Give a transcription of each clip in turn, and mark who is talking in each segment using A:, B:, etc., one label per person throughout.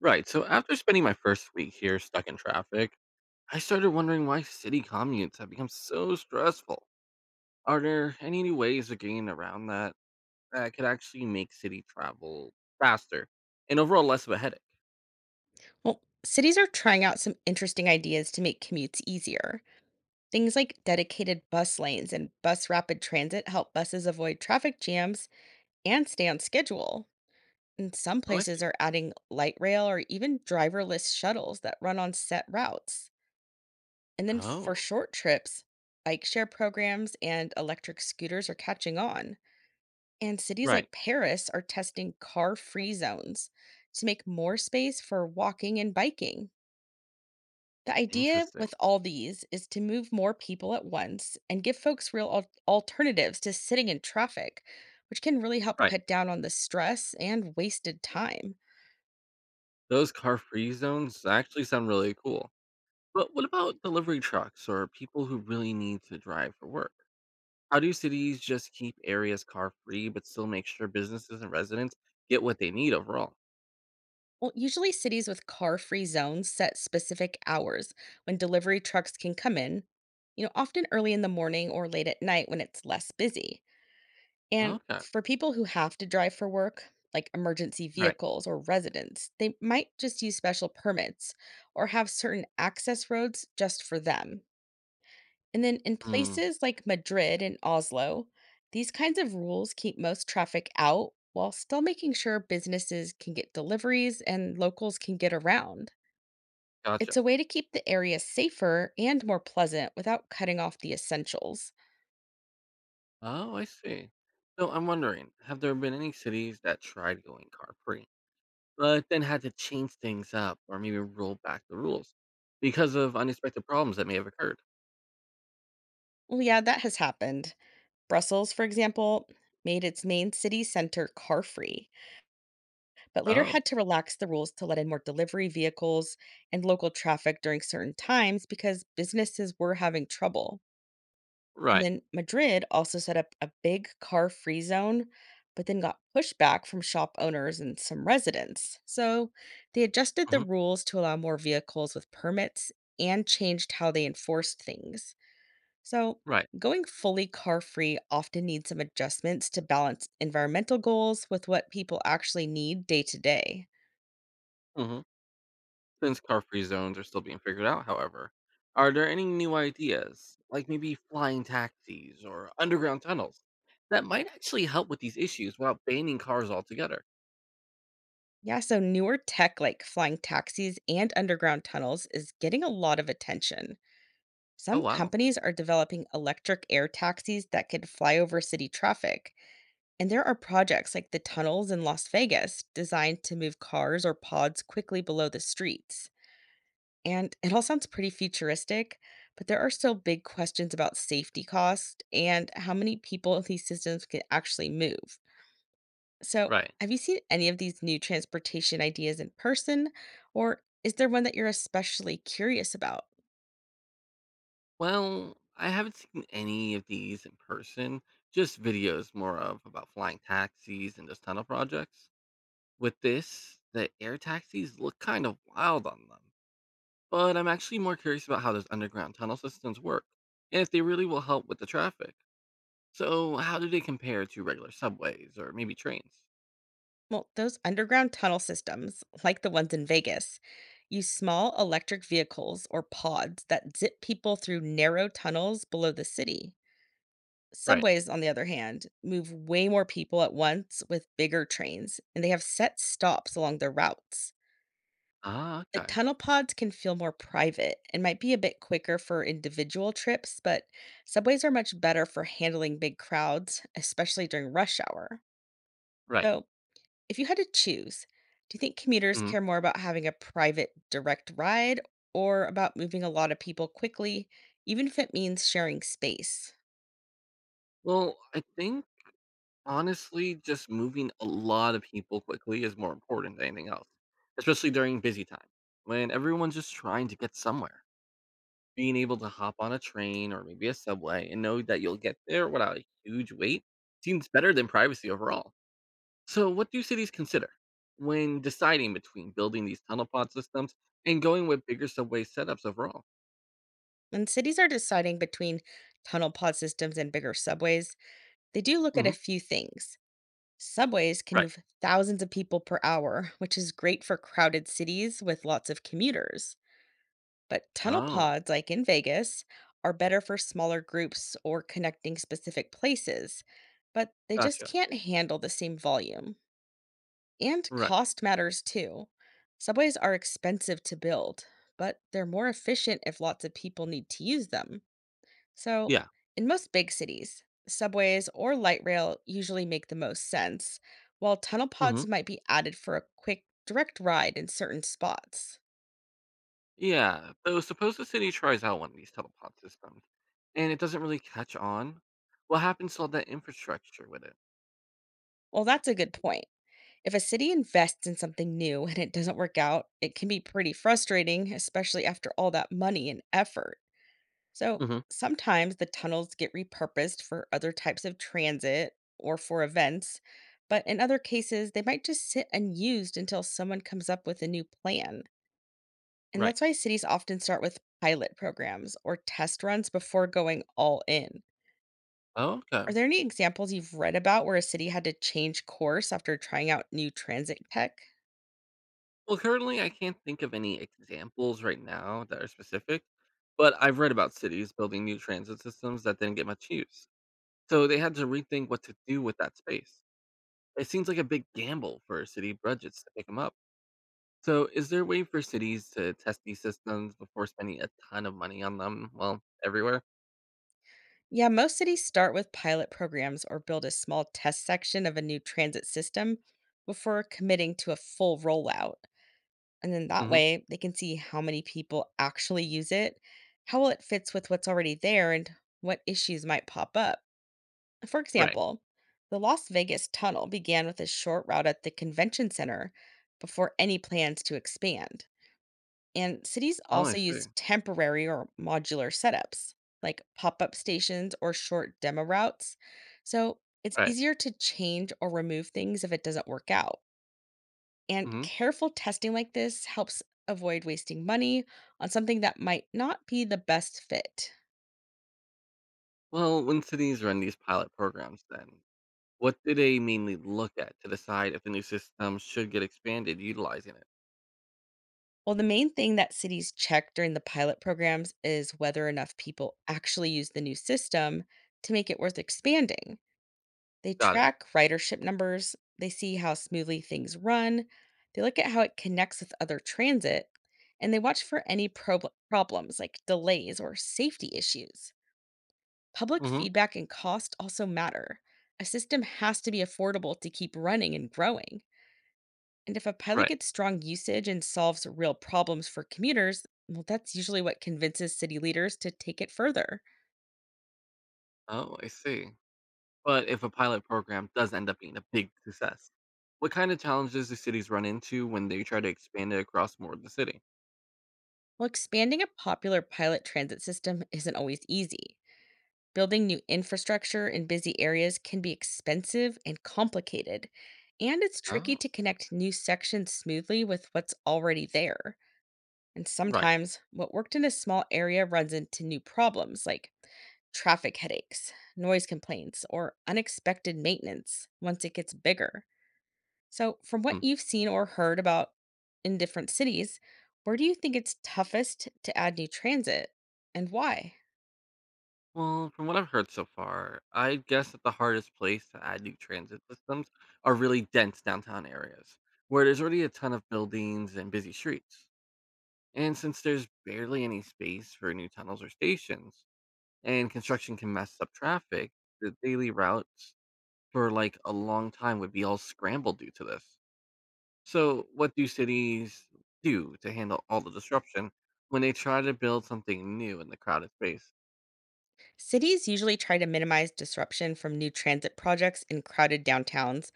A: Right. So after spending my first week here stuck in traffic, I started wondering why city commutes have become so stressful. Are there any new ways of getting around that could actually make city travel faster and overall less of a headache?
B: Well, cities are trying out some interesting ideas to make commutes easier. Things like dedicated bus lanes and bus rapid transit help buses avoid traffic jams and stay on schedule. And some
A: Oh, I
B: places
A: see.
B: are adding light rail or even driverless shuttles that run on set routes. And then for
A: Oh,
B: short trips, bike share programs and electric scooters are catching on. And cities
A: right.
B: like Paris are testing car free zones to make more space for walking and biking. The idea
A: Interesting.
B: with all these is to move more people at once and give folks real alternatives to sitting in traffic, which can really help
A: Right.
B: cut down on the stress and wasted time.
A: Those car free zones actually sound really cool. But what about delivery trucks or people who really need to drive for work? How do cities just keep areas car free but still make sure businesses and residents get what they need overall?
B: Well, usually cities with car-free zones set specific hours when delivery trucks can come in, often early in the morning or late at night when it's less busy. And
A: Okay. All
B: for people who have to drive for work, like emergency
A: right.
B: vehicles or residents, they might just use special permits or have certain access roads just for them. And then in
A: Mm,
B: places like Madrid and Oslo, these kinds of rules keep most traffic out while still making sure businesses can get deliveries and locals can get around. It's
A: gotcha.
B: a way to keep the area safer and more pleasant without cutting off the essentials.
A: Oh, I see. So I'm wondering, have there been any cities that tried going car free, but then had to change things up or maybe roll back the rules because of unexpected problems that may have occurred?
B: Well, yeah, that has happened. Brussels, for example, made its main city center car free, but later
A: Oh,
B: had to relax the rules to let in more delivery vehicles and local traffic during certain times because businesses were having trouble. And
A: right.
B: then Madrid also set up a big car free zone, but then got pushback from shop owners and some residents. So they adjusted the
A: Hmm.
B: rules to allow more vehicles with permits and changed how they enforced things. So,
A: Right.
B: going fully car free often needs some adjustments to balance environmental goals with what people actually need day to day.
A: Hmm. Since car free zones are still being figured out, however, are there any new ideas, like maybe flying taxis or underground tunnels, that might actually help with these issues without banning cars altogether?
B: Yeah, so newer tech like flying taxis and underground tunnels is getting a lot of attention.
A: Oh,
B: Some
A: wow.
B: companies are developing electric air taxis that could fly over city traffic. And there are projects like the tunnels in Las Vegas designed to move cars or pods quickly below the streets. And it all sounds pretty futuristic, but there are still big questions about safety costs and how many people these systems can actually move. So,
A: Right.
B: have you seen any of these new transportation ideas in person, or is there one that you're especially curious about?
A: Well, I haven't seen any of these in person, just videos more of about flying taxis and those tunnel projects. With this, the air taxis look kind of wild on them, but I'm actually more curious about how those underground tunnel systems work and if they really will help with the traffic. So, how do they compare to regular subways or maybe trains?
B: Well, those underground tunnel systems, like the ones in Vegas, use small electric vehicles or pods that zip people through narrow tunnels below the city.
A: Right.
B: Subways, on the other hand, move way more people at once with bigger trains, and they have set stops along their routes.
A: Ah,
B: The
A: okay.
B: tunnel pods can feel more private and might be a bit quicker for individual trips, but subways are much better for handling big crowds, especially during rush hour.
A: Right.
B: So, if you had to choose, do you think commuters
A: Mm.
B: care more about having a private, direct ride or about moving a lot of people quickly, even if it means sharing space?
A: Well, I think honestly, just moving a lot of people quickly is more important than anything else, especially during busy time when everyone's just trying to get somewhere. Being able to hop on a train or maybe a subway and know that you'll get there without a huge wait seems better than privacy overall. So, what do cities consider when deciding between building these tunnel pod systems and going with bigger subway setups overall?
B: When cities are deciding between tunnel pod systems and bigger subways, they do look at a
A: Hmm.
B: few things. Subways can
A: Right.
B: move thousands of people per hour, which is great for crowded cities with lots of commuters. But tunnel
A: Oh,
B: pods, like in Vegas, are better for smaller groups or connecting specific places, but they just
A: gotcha.
B: can't handle the same volume. And
A: Right.
B: cost matters too. Subways are expensive to build, but they're more efficient if lots of people need to use them. So,
A: Yeah.
B: in most big cities, subways or light rail usually make the most sense, while tunnel
A: Hmm.
B: pods might be added for a quick, direct ride in certain spots.
A: Yeah. So suppose the city tries out one of these telepod systems and it doesn't really catch on. What happens to all that infrastructure with it?
B: Well, that's a good point. If a city invests in something new and it doesn't work out, it can be pretty frustrating, especially after all that money and effort. So,
A: Hmm.
B: sometimes the tunnels get repurposed for other types of transit or for events, but in other cases, they might just sit unused until someone comes up with a new plan. And
A: Right.
B: that's why cities often start with pilot programs or test runs before going all in.
A: Oh, okay.
B: Are there any examples you've read about where a city had to change course after trying out new transit tech?
A: Well, currently I can't think of any examples right now that are specific, but I've read about cities building new transit systems that didn't get much use. So they had to rethink what to do with that space. It seems like a big gamble for city budgets to pick them up. So is there a way for cities to test these systems before spending a ton of money on them, well, everywhere?
B: Yeah, most cities start with pilot programs or build a small test section of a new transit system before committing to a full rollout. And then that way, they can see how many people actually use it, how well it fits with what's already there, and what issues might pop up. For
A: Right.
B: example, the Las Vegas tunnel began with a short route at the convention center before any plans to expand. And cities
A: Oh, I
B: also
A: see.
B: use temporary or modular setups, like pop up stations or short demo routes. So it's
A: Right.
B: easier to change or remove things if it doesn't work out. And
A: Mhm.
B: careful testing like this helps avoid wasting money on something that might not be the best fit.
A: Well, when cities run these pilot programs then, what do they mainly look at to decide if a new system should get expanded utilizing it?
B: Well, the main thing that cities check during the pilot programs is whether enough people actually use the new system to make it worth expanding. They
A: Got it.
B: track ridership numbers, they see how smoothly things run, they look at how it connects with other transit, and they watch for any problems like delays or safety issues. Public
A: Hmm.
B: feedback and cost also matter. A system has to be affordable to keep running and growing. And if a pilot
A: Right.
B: gets strong usage and solves real problems for commuters, well, that's usually what convinces city leaders to take it further.
A: Oh, I see. But if a pilot program does end up being a big success, what kind of challenges do cities run into when they try to expand it across more of the city?
B: Well, expanding a popular pilot transit system isn't always easy. Building new infrastructure in busy areas can be expensive and complicated, and it's tricky
A: Oh,
B: to connect new sections smoothly with what's already there. And
A: right.
B: sometimes what worked in a small area runs into new problems like traffic headaches, noise complaints, or unexpected maintenance once it gets bigger. So, from what
A: Mm.
B: you've seen or heard about in different cities, where do you think it's toughest to add new transit and why?
A: Well, from what I've heard so far, I guess that the hardest place to add new transit systems are really dense downtown areas where there's already a ton of buildings and busy streets. And since there's barely any space for new tunnels or stations, and construction can mess up traffic, the daily routes for like a long time would be all scrambled due to this. So, what do cities do to handle all the disruption when they try to build something new in the crowded space?
B: Cities usually try to minimize disruption from new transit projects in crowded downtowns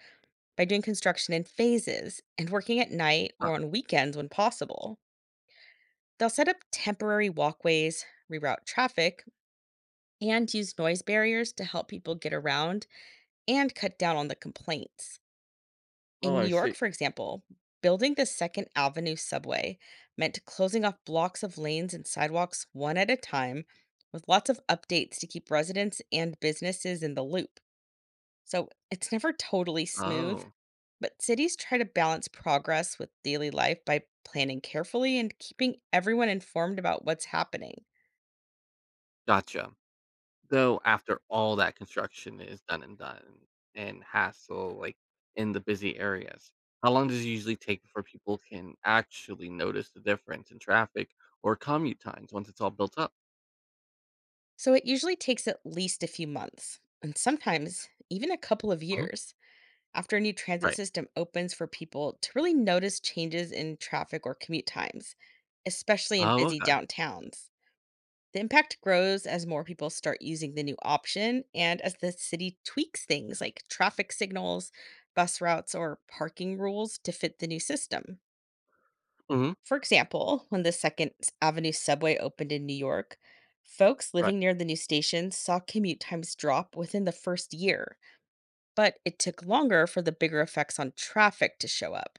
B: by doing construction in phases and working at night
A: Huh.
B: or on weekends when possible. They'll set up temporary walkways, reroute traffic, and use noise barriers to help people get around and cut down on the complaints.
A: Oh,
B: In New
A: I
B: York,
A: see.
B: for example, building the Second Avenue subway meant closing off blocks of lanes and sidewalks one at a time, with lots of updates to keep residents and businesses in the loop. So it's never totally smooth,
A: Oh.
B: but cities try to balance progress with daily life by planning carefully and keeping everyone informed about what's happening.
A: Gotcha. Though after all that construction is done and hassle, like, in the busy areas, how long does it usually take before people can actually notice the difference in traffic or commute times once it's all built up?
B: So it usually takes at least a few months, and sometimes even a couple of
A: Mhm.
B: years, after a new transit
A: Right.
B: system opens for people to really notice changes in traffic or commute times, especially in
A: Oh,
B: busy
A: okay.
B: downtowns. The impact grows as more people start using the new option and as the city tweaks things like traffic signals, bus routes, or parking rules to fit the new system.
A: Mhm.
B: For example, when the Second Avenue subway opened in New York, folks
A: Right.
B: living near the new station saw commute times drop within the first year, but it took longer for the bigger effects on traffic to show up.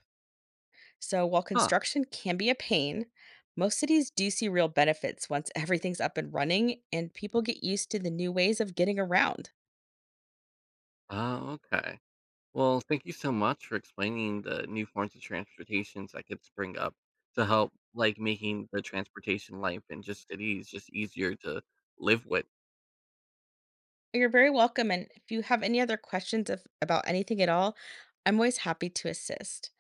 B: So while
A: Huh.
B: construction can be a pain, most cities do see real benefits once everything's up and running and people get used to the new ways of getting around.
A: Oh, okay. Well, thank you so much for explaining the new forms of transportations that could spring up to help, like, making the transportation life in just cities just easier to live with.
B: You're very welcome. And if you have any other questions of, about anything at all, I'm always happy to assist.